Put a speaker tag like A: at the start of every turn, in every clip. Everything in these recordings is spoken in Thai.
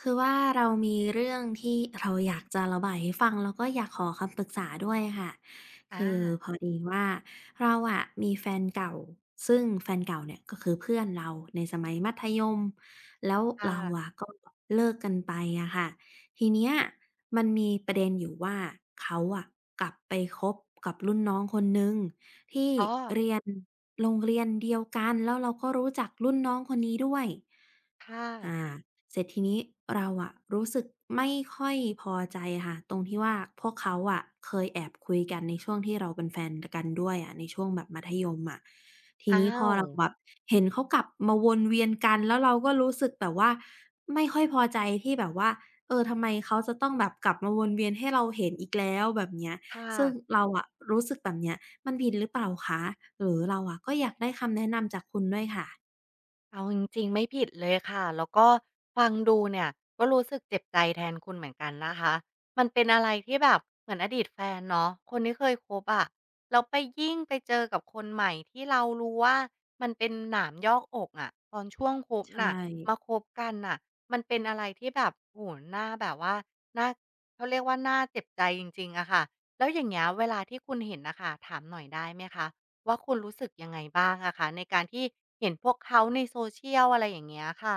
A: คือว่าเรามีเรื่องที่เราอยากจะระบายให้ฟังแล้วก็อยากขอคำปรึกษาด้วยค่ะ คือ
B: อา
A: พอดีว่าเราอะมีแฟนเก่าซึ่งแฟนเก่าเนี่ยก็คือเพื่อนเราในสมัยมัธยมแล้ว
B: ค
A: เราอะ
B: ่ะ
A: ก็เลิกกันไปอะค่ะทีเนี้ยมันมีประเด็นอยู่ว่าเขาอะกลับไปคบกับรุ่นน้องคนหนึ่งที่
B: อ๋อ
A: เรียนโรงเรียนเดียวกันแล้วเราก็รู้จักรุ่นน้องคนนี้ด้วย
B: ค่ะ
A: อาเสร็จทีนี้เราอะรู้สึกไม่ค่อยพอใจค่ะตรงที่ว่าพวกเขาอะเคยแอบคุยกันในช่วงที่เราเป็นแฟนดกันด้วยอะในช่วงแบบมัธยมอะที
B: อ้า
A: นี้พอ
B: ว
A: เราแบบเห็นเขากลับมาวนเวียนกันแล้วเราก็รู้สึกแบบว่าไม่ค่อยพอใจที่แบบว่าเออทำไมเขาจะต้องแบบกลับมาวนเวียนให้เราเห็นอีกแล้วแบบเนี้ย
B: ค
A: ซึ่ง
B: ่ะ
A: เราอะรู้สึกแบบเนี้ยมันผิดหรือเปล่าคะหรือเราอะก็อยากได้คำแนะนำจากคุณด้วยค่ะ
B: เอาจริงๆไม่ผิดเลยค่ะแล้วก็ฟังดูเนี่ยก็รู้สึกเจ็บใจแทนคุณเหมือนกันนะคะมันเป็นอะไรที่แบบเหมือนอดีตแฟนเนาะคนที่เคยคบอะเราไปยิ่งไปเจอกับคนใหม่ที่เรารู้ว่ามันเป็นหนามยอกอกอะตอนช่วงคบ
A: ใช
B: น่ะ
A: ่
B: มาคบกันน่ะมันเป็นอะไรที่แบบโอ้โน่าแบบว่าหน้าเขาเรียกว่าหน่าเจ็บใจจริงๆอะค่ะแล้วอย่างเงี้ยเวลาที่คุณเห็นนะคะถามหน่อยได้ไหมคะ ว่าคุณรู้สึกยังไงบ้างอะคะในการที่เห็นพวกเขาในโซเชียลอะไรอย่างเงี้ยค่ะ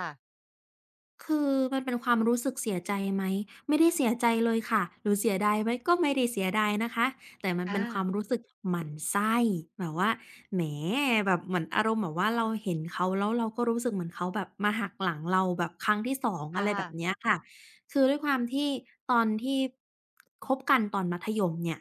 A: คือมันเป็นความรู้สึกเสียใจไหมไม่ได้เสียใจเลยค่ะหรือเสียดายไหมก็ไม่ได้เสียดายนะคะแต่มันเป็
B: อา
A: นความรู้สึกหมั่นไส้แบบว่าแหมแบบเหมือนอารมณ์แบบว่าเราเห็นเขาแล้วเราก็รู้สึกเหมือนเขาแบบมาหักหลังเราแบบครั้งที่2องอะไรแบ
B: ค่ะ
A: บเนี้ยค่ะคือด้วยความที่ตอนที่คบกันตอนมัธยมเนี่ย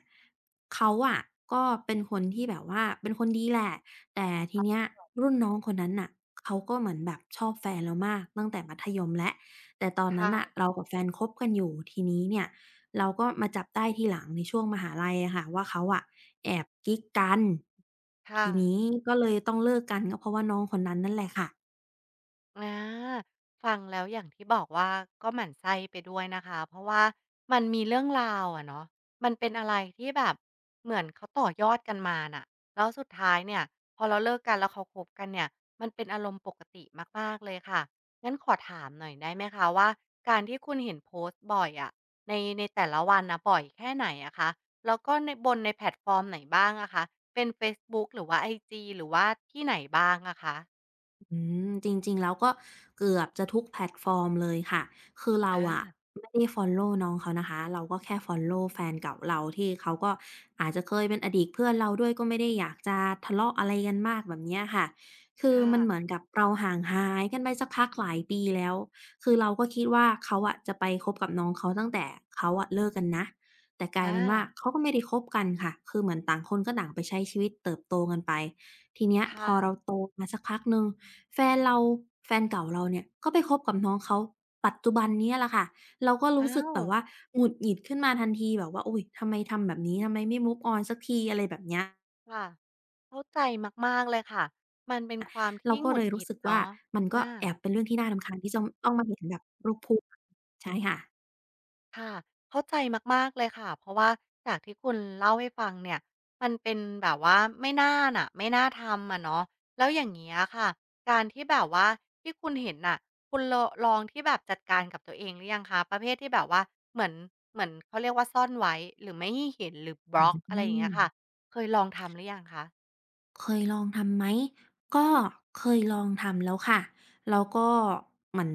A: เขาอะก็เป็นคนที่แบบว่าเป็นคนดีแหละ แต่ที
B: ค่ะ
A: เนี้ยรุ่นน้องคนนั้นน่ะเขาก็เหมือนแบบชอบแฟนเรามากตั้งแต่มัธยมแล้วแต่ตอนนั้นน่ะ
B: ค่ะ
A: เรากับแฟนคบกันอยู่ทีนี้เนี่ยเราก็มาจับได้ทีหลังในช่วงมหาลัยอะค่ะว่าเขาอะแอบกิ๊กกัน
B: ค่ะ
A: ทีนี้ก็เลยต้องเลิกกันก็เพราะว่าน้องคนนั้นนั่นแหละค่ะ
B: อาฟังแล้วอย่างที่บอกว่าก็หมั่นไส้ไปด้วยนะคะเพราะว่ามันมีเรื่องราวอะเนาะมันเป็นอะไรที่แบบเหมือนเขาต่อยอดกันมาน่ะแล้วสุดท้ายเนี่ยพอเราเลิกกันแล้วเขาคบกันเนี่ยมันเป็นอารมณ์ปกติมากๆเลยค่ะงั้นขอถามหน่อยได้ไหมคะว่าการที่คุณเห็นโพสต์บ่อยอะในแต่ละวันนะบ่อยแค่ไหนอะคะแล้วก็ในบนในแพลตฟอร์มไหนบ้างอะคะเป็นเฟซบุ๊กหรือว่าไอจีหรือว่าที่ไหนบ้างอะคะ
A: อืจริงๆแล้วก็เกือบจะทุกแพลตฟอร์มเลยค่ะคือเรา
B: อา
A: อะไม่ได้ฟอลโลว์น้องเขานะคะเราก็แค่ฟอลโลว์แฟนเก่าเราที่เขาก็อาจจะเคยเป็นอดีตเพื่อนเราด้วยก็ไม่ได้อยากจะทะเลาะอะไรกันมากแบบเนี้ยค่ะคือ
B: ค่ะ
A: มันเหมือนกับเราห่างหายกันไปสักพักหลายปีแล้วคือเราก็คิดว่าเขาอะจะไปคบกับน้องเขาตั้งแต่เขาอะเลิกกันนะแต่กลายเป็นว่า
B: อา
A: เขาก็ไม่ได้คบกันค่ะคือเหมือนต่างคนก็ต่างไปใช้ชีวิตเติบโตกันไปทีเนี้ยพอ
B: ค่ะ
A: เราโตมาสักพักหนึ่ง แฟนเราแฟนเก่าเราเนี่ยก็ไปคบกับน้องเขาปัจจุบันเนี้ยแหละค่ะเราก็รู้
B: อ้า
A: สึก
B: ว
A: แบบว่าหงุดหงิดขึ้นมาทันทีแบบว่าอุ๊ยทำไมทำแบบนี้ทำไมไม่ move on สักทีอะไรแบบเนี้ย
B: ค่ะ เข้าใจมากๆเลยค่ะ มันเป็นความ
A: เรา
B: ที่
A: ก็
B: หงุ
A: เล
B: ด
A: ย
B: ห
A: รู้
B: งิด
A: สึกว่า
B: เนาะ
A: มันก็
B: อา
A: แอบเป็นเรื่องที่น่ารำคาญที่จะต้องมาเห็นแบบรูปคู่ใช่ค่ะ
B: ค่ะ เข้าใจมากๆเลยค่ะ เพราะว่าจากที่คุณเล่าให้ฟังเนี่ยมันเป็นแบบว่าไม่น่าน่ะไม่น่าทำอะเนาะแล้วอย่างเงี้ยค่ะการที่แบบว่าที่คุณเห็นน่ะคุณโลลองที่แบบจัดการกับตัวเองหรือยังคะประเภทที่แบบว่าเหมือนเหมือนเขาเรียกว่าซ่อนไว้หรือไม่ให้เห็น หรือบล็อกอะ
A: อื
B: ไรอย่างเงี้
A: ม
B: ยค่ะเคยลองทำหรือยังคะ
A: เคยลองทำไหมก็เคยลองทำแล้วค่ะแล้วก็เหมือน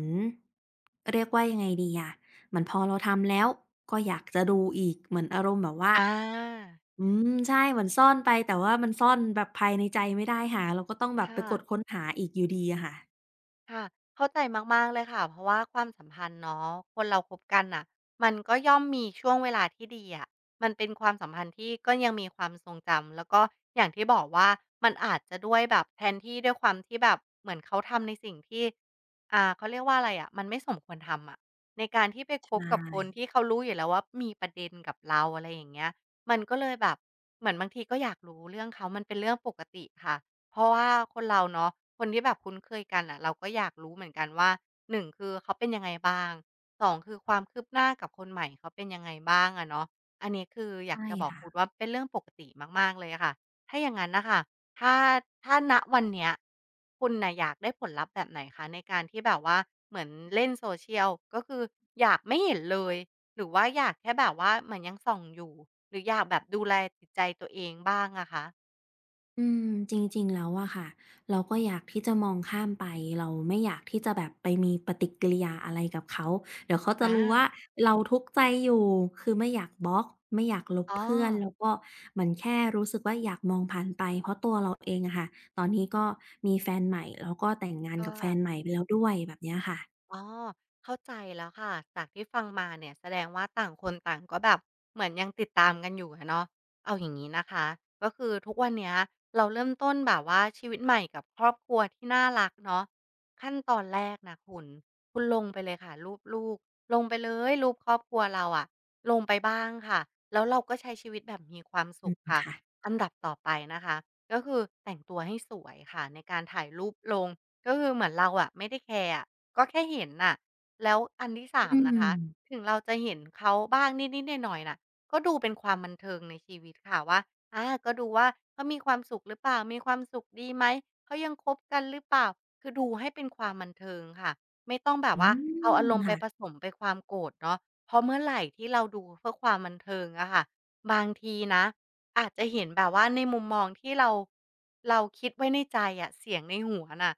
A: เรียกว่ายังไงดีอะเหมือนพอเราทำแล้วก็อยากจะดูอีกเหมือนอารมณ์แบบว่า
B: อา
A: อืมใช่เหมือนซ่อนไปแต่ว่ามันซ่อนแบบภายในใจไม่ได้ค่ะเราก็ต้องแบบไป
B: ค่ะ
A: กดค้นหาอีกอยู่ดีอะค่ะ
B: ค่ะ เข้าใจมากๆเลยค่ะเพราะว่าความสัมพันธ์เนาะคนเราคบกันน่ะมันก็ย่อมมีช่วงเวลาที่ดีอะมันเป็นความสัมพันธ์ที่ก็ยังมีความทรงจำแล้วก็อย่างที่บอกว่ามันอาจจะด้วยแบบแทนที่ด้วยความที่แบบเหมือนเขาทำในสิ่งที่อ่าเขาเรียกว่าอะไรอะมันไม่สมควรทำอะในการที่ไปคบ
A: ใช่
B: กับคนที่เขารู้อยู่แล้วว่ามีประเด็นกับเราอะไรอย่างเงี้ยมันก็เลยแบบเหมือนบางทีก็อยากรู้เรื่องเขามันเป็นเรื่องปกติค่ะ เพราะว่าคนเราเนาะคนที่แบบคุ้นเคยกันน่ะเราก็อยากรู้เหมือนกันว่า1คือเขาเป็นยังไงบ้าง2คือความคืบหน้ากับคนใหม่เขาเป็นยังไงบ้างอะเนาะอันนี้คืออยาก
A: ใช่
B: จะบอก
A: ค่ะ
B: คุณว่าเป็นเรื่องปกติมากๆเลยอะค่ะถ้าอย่างงั้นน่ะค่ะถ้าถ้าณวันเนี้ยคุณน่ะอยากได้ผลลัพธ์แบบไหนคะในการที่แบบว่าเหมือนเล่น Social ก็คืออยากไม่เห็นเลยหรือว่าอยากแค่แบบว่าเหมือนยังส่องอยู่หรืออยากแบบดูแลจิตใจตัวเองบ้างอะคะ
A: อืมจริงๆแล้วอะค่ะเราก็อยากที่จะมองข้ามไปเราไม่อยากที่จะแบบไปมีปฏิกิริยาอะไรกับเขาเดี๋ยวเขาจะ
B: อา
A: รู้ว่าเราทุกข์ใจอยู่คือไม่อยากบล็อกไม่อยากลบ
B: อ๋อ
A: เพื่อนแล้วก็เหมือนแค่รู้สึกว่าอยากมองผ่านไปเพราะตัวเราเองอะค่ะตอนนี้ก็มีแฟนใหม่แล้วก็แต่งงานกั
B: ค่ะ
A: บแฟนใหม่ไปแล้วด้วยแบบเนี้ยค่ะ
B: อ๋อเข้าใจแล้วค่ะจากที่ฟังมาเนี่ยแสดงว่าต่างคนต่างก็แบบเหมือนยังติดตามกันอยู่อะเนาะเอาอย่างนี้นะคะก็คือทุกวันเนี้ยเราเริ่มต้นแบบว่าชีวิตใหม่กับครอบครัวที่น่ารักเนาะขั้นตอนแรกนะคุณคุณลงไปเลยค่ะรูปลูกลงไปเลยรูปครอบครัวเราอะลงไปบ้างค่ะแล้วเราก็ใช้ชีวิตแบบมีความ
A: อื
B: สุข
A: ม
B: ค่ะ
A: ค่ะ
B: อันดับต่อไปนะคะก็คือแต่งตัวให้สวยค่ะในการถ่ายรูปลงก็คือเหมือนเราอะไม่ได้แคร์อะ ก็แค่เห็นน่ะ แล้วอันที่
A: อื
B: 3นะ
A: ม
B: คะถึงเราจะเห็นเขาบ้างนิดๆหน่อยๆน่ะก็ดูเป็นความบันเทิงในชีวิตค่ะว่าอาก็ดูว่าเขามีความสุขหรือเปล่ามีความสุขดีไหมเขายังคบกันหรือเปล่าคือดูให้เป็นความบันเทิงค่ะไม่ต้องแบบ
A: อื
B: ว่าเอา
A: ม
B: อารมณ์ไป
A: ค่ะ
B: ผสมไปความโกรธเนาะเพราะเมื่อไหร่ที่เราดูเพื่อความบันเทิงอะค่ะบางทีนะอาจจะเห็นแบบว่าในมุมมองที่เราคิดไว้ในใจอะเสียงในหัวน่ะ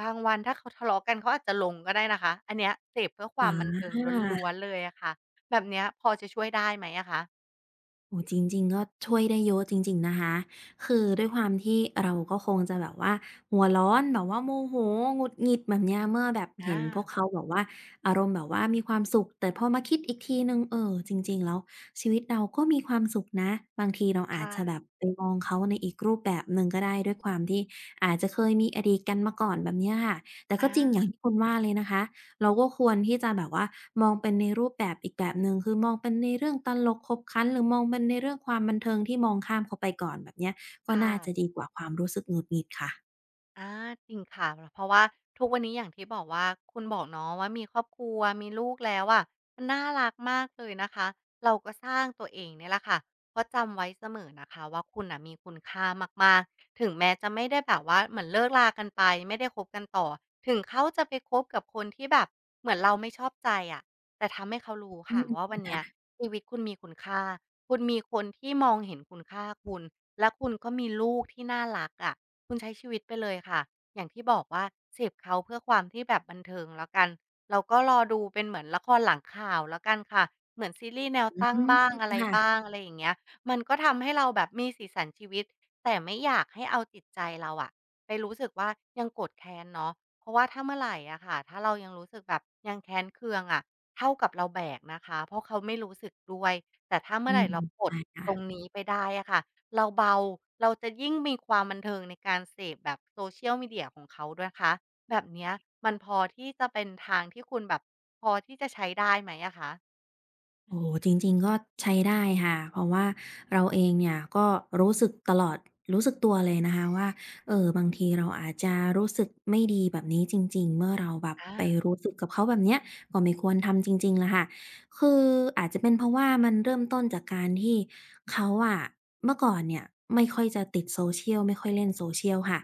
B: บางวันถ้าเขาทะเลาะกันเขาอาจจะลงก็ได้นะคะอันเนี้ยเสพเพื่อความบัน
A: อา
B: เทิงล้วนๆเลยอะค่ะแบบเนี้ยพอจะช่วยได้ไหมอะคะ
A: โอ้จริงๆก็ช่วยได้เยอะจริงๆ นะคะ คือด้วยความที่เราก็คงจะแบบว่าหัวร้อนแบบว่าโมโหหงุดหงิดแบบเนี้ยเมื่อแบบเห็
B: อา
A: นพวกเขาแบบว่าอารมณ์แบบว่ามีความสุขแต่พอมาคิดอีกทีหนึ่งเออจริงๆ แล้วชีวิตเราก็มีความสุขนะบางทีเราอาจ
B: ค่ะ
A: จะแบบไปมองเขาในอีกรูปแบบหนึ่งก็ได้ด้วยความที่อาจจะเคยมีอดีตกันมาก่อนแบบเนี้ยค่ะแต่ก็
B: อา
A: จริงอย่างที่คุณว่าเลยนะคะ เราก็ควรที่จะแบบว่ามองเป็นในรูปแบบอีกแบบหนึ่งคือมองเป็นในเรื่องตลกขบขันหรือมองเป็นในเรื่องความบันเทิงที่มองข้ามเขาไปก่อนแบบเนี้ยก็น่าจะ
B: ค่ะ
A: ดีกว่าความรู้สึกหงุดหงิดค่ะ
B: อาจริงค่ะเพราะว่าทุกวันนี้อย่างที่บอกว่าคุณบอกเนาะว่ามีครอบครัวมีลูกแล้วอะมันน่ารักมากเลยนะคะเราก็สร้างตัวเองเนี่ยแหละค่ะเพราะจำไว้เสมอนะคะว่าคุณอ่ะมีคุณค่ามากๆถึงแม้จะไม่ได้แบบว่าเหมือนเลิกรากันไปไม่ได้คบกันต่อถึงเขาจะไปคบกับคนที่แบบเหมือนเราไม่ชอบใจอะแต่ทำให้เขารู้
A: อื
B: ค่ะ
A: ม
B: ว่าวันเนี้ยชีวิตคุณมีคุณค่าคุณมีคนที่มองเห็นคุณค่าคุณและคุณก็มีลูกที่น่ารักอะ คุณใช้ชีวิตไปเลยค่ะ อย่างที่บอกว่าเสพเขาเพื่อความที่แบบบันเทิงแล้วกัน เราก็รอดูเป็นเหมือนละครหลังข่าวแล้วกันค่ะเหมือนซีรีส์แนว
A: อื
B: ตั้ง
A: ม
B: บ้างอะไรบ้า
A: ค่ะ
B: งอะไรอย่างเงี้ยมันก็ทำให้เราแบบมีสีสันชีวิตแต่ไม่อยากให้เอาจิตใจเราอะไปรู้สึกว่ายังโกรธแค้นเนาะเพราะว่าถ้าเมื่อไหรอะค่ะ ถ้าเรายังรู้สึกแบบยังแค้นเคืองอะเท่ากับเราแบกนะคะเพราะเขาไม่รู้สึกด้วยแต่ถ้าเมื่
A: อื
B: อไหร
A: ม
B: เราปลด
A: ใช่
B: ตรง
A: ค่ะ
B: นี้ไปได้อะค่ะ เราเบา เราจะยิ่งมีความบันเทิงในการเสพแบบ social media ของเขาด้วยคะแบบเนี้ยมันพอที่จะเป็นทางที่คุณแบบพอที่จะใช้ได้ไหมอะคะ
A: โอ้โฮจริงๆก็ใช้ได้ค่ะเพราะว่าเราเองเนี่ยก็รู้สึกตลอดรู้สึกตัวเลยนะคะว่าบางทีเราอาจจะรู้สึกไม่ดีแบบนี้จริงๆเมื่อเราแบบ
B: อา
A: ไปรู้สึกกับเขาแบบเนี้ยก็ไม่ควรทำจริงๆล่ะค่ะคืออาจจะเป็นเพราะว่ามันเริ่มต้นจากการที่เขาอะเมื่อก่อนเนี่ยไม่ค่อยจะติด social ไม่ค่อยเล่น social ค่ะ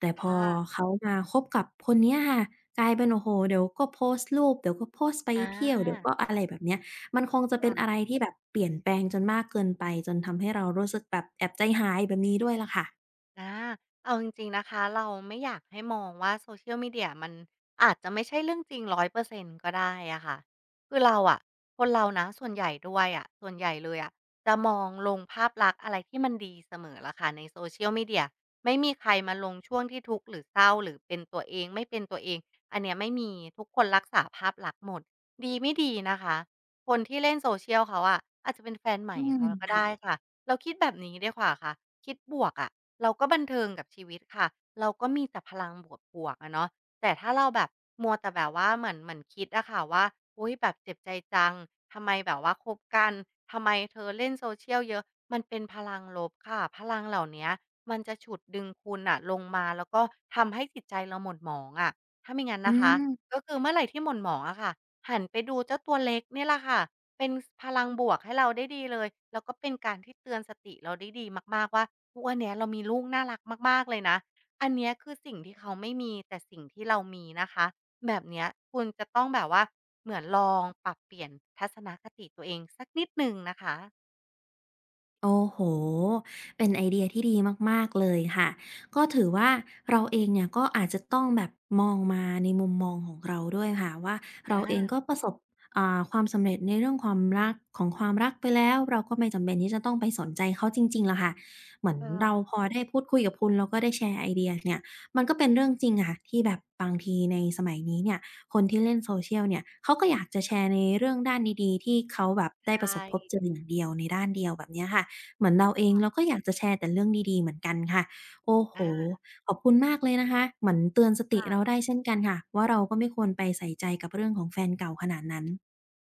A: แต่พอ
B: ค่ะ
A: เขามาคบกับคนเนี้ยค่ะกลายเป็นโอ้โฮเดี๋ยวก็โพสต์รูปเดี๋ยวก็โพสต์ไป
B: อา
A: เที่ยวเดี๋ยวก็อะไรแบบเนี้ย มันคงจะเป็นอะไร
B: ค่ะ
A: ที่แบบเปลี่ยนแปลงจนมากเกินไปจนทำให้เรารู้สึกแบบแอบใจหายแบบนี้ด้วยล่ะค่ะ
B: อาเอาจริงๆนะคะเราไม่อยากให้มองว่า Social Media มเดียมันอาจจะไม่ใช่เรื่องจริงรร้ออยเเปอร์เซ็นต์ก็ได้อะค่ะคือเราอะคนเรานะส่วนใหญ่ด้วยอะส่วนใหญ่เลยอะจะมองลงภาพลักษณ์อะไรที่มันดีเสมอล่ะค่ะใน Social Media ไม่มีใครมาลงช่วงที่ทุกข์หรือเศร้าหรือเป็นตัวเองไม่เป็นตัวเองอันเนี้ยไม่มีทุกคนรักษาภาพลักษณ์หมดดีไม่ดีนะคะคนที่เล่นโซเชียลเขาอะอาจจะเป็นแฟนให
A: อื
B: ม่
A: ม
B: เขาก็
A: ค่ะ
B: ได้ค่ะเราคิดแบบนี้ดีกว่าค่ะคิดบวกอะ เราก็บันเทิงกับชีวิตค่ะเราก็มีแต่พลังบวกๆอะเนาะแต่ถ้าเราแบบมัวแต่แบบว่าเหมือนคิดอะค่ะว่าอุ๊ยแบบเจ็บใจจังทำไมแบบว่าคบกันทำไมเธอเล่นโซเชียลเยอะมันเป็นพลังลบค่ะพลังเหล่าเนี้ยมันจะฉุดดึงคุณอะลงมาแล้วก็ทำให้จิตใจเราหม่นหมองอะถ้าไม่งั้น
A: อื
B: นะคะ
A: ม
B: ก็คือเมื่อไหรที่หม่นหมองอะค่ะหันไปดูเจ้าตัวเล็กเนี่ยแหละค่ะ เป็นสพลังบวกให้เราได้ดีเลย แล้วก็เป็นการที่เตือนสติเราได้ดีมาก ๆ ว่าทุกวันเนี้ยเรามีลูกน่ารักมาก ๆ เลยนะ อันเนี้ยคือสิ่งที่เขาไม่มีแต่สิ่งที่เรามีนะคะ แบบเนี้ยคุณจะต้องแบบว่าเหมือนลองปรับเปลี่ยนทัศนคติตัวเองสักนิดหนึ่งนะคะ
A: โอ้โหเป็นไอเดียที่ดีมากๆเลยค่ะ ก็ถือว่าเราเองเนี่ยก็อาจจะต้องแบบมองมาในมุมมองของเราด้วยค่ะว่า
B: อ
A: เราเองก็ป
B: า
A: ระสบความสำเร็จในเรื่องความรักของความรักไปแล้วเราก็ไม่จำเป็นที่จะต้องไปสนใจเขาจริงๆหรอกค่ะเหมือนเรา
B: ค่ะ
A: พอได้พูดคุยกับคุณแล้วก็ได้แชร์ไอเดียเนี่ยมันก็เป็นเรื่องจริงค่ะที่แบบบางทีในสมัยนี้เนี่ยคนที่เล่น Social เนี่ยเขาก็อยากจะแชร์ในเรื่องด้านดีๆที่เขาแบบได้ประ
B: ใช่
A: สบพบเจออย่างเดียวในด้านเดียวแบบเนี้ยค่ะ เหมือนเราเองเราก็อยากจะแชร์แต่เรื่องดีๆเหมือนกันค่ะโอ้โฮ
B: อา
A: ขอบคุณมากเลยนะคะเหมือนเตือนสติเรา
B: ค่ะ
A: ได้เช่นกันค่ะว่าเราก็ไม่ควรไปใส่ใจกับเรื่องของแฟนเก่าขนาดนั้น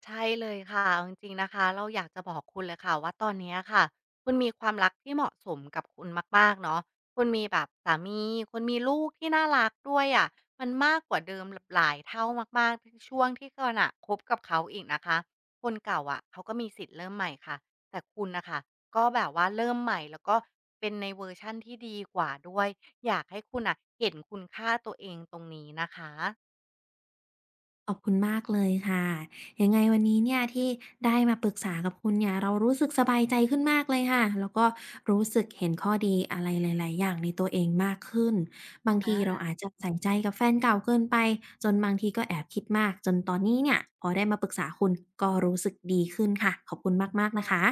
B: ใช่เลยค่ะเอาจริงๆนะคะเราอยากจะบอกคุณเลยค่ะว่าตอนเนี้ยค่ะคุณมีความรักที่เหมาะสมกับคุณมากๆเนาะคุณมีแบบสามีคุณมีลูกที่น่ารักด้วยอะมันมากกว่าเดิมลหลายเท่ามากๆที่ช่วงที่คุณนะคบกับเขาอีกนะคะคนเก่าอะเขาก็มีสิทธิ์เริ่มใหม่ค่ะแต่คุณนะคะก็แบบว่าเริ่มใหม่แล้วก็เป็นในเวอร์ชันที่ดีกว่าด้วยอยากให้คุณอ่ะเห็นคุณค่าตัวเองตรงนี้นะคะ
A: ขอบคุณมากเลยค่ะยังไงวันนี้เนี่ยที่ได้มาปรึกษากับคุณเนี่ยเรารู้สึกสบายใจขึ้นมากเลยค่ะแล้วก็รู้สึกเห็นข้อดีอะไรหลายๆอย่างในตัวเองมากขึ้นบางที
B: อา
A: เราอาจจะใส่ใจกับแฟนเก่าเกินไปจนบางทีก็แอบคิดมากจนตอนนี้เนี่ยพอได้มาปรึกษาคุณก็รู้สึกดีขึ้นค่ะขอบคุณมากๆ นะคะ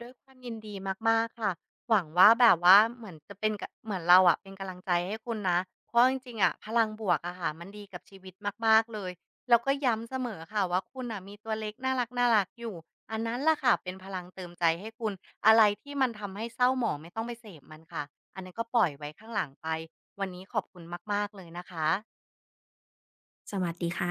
B: ด้วยความยินดีมากๆค่ะ หวังว่าแบบว่าเหมือนจะเป็นกะเหมือนเราอะเป็นกำลังใจให้คุณนะ เพราะจริงๆอะพลังบวกอะค่ะมันดีกับชีวิตมากๆเลย แล้วก็ย้ำเสมอค่ะว่าคุณน่ะมีตัวเล็กน่ารักๆอยู่อันนั้นล่ะค่ะเป็นพลังเติมใจให้คุณ อะไรที่มันทำให้เศร้าหมองไม่ต้องไปเสพมันค่ะอันนั้นก็ปล่อยไว้ข้างหลังไปวันนี้ขอบคุณมากๆเลยนะคะ
A: สวัสดีค่ะ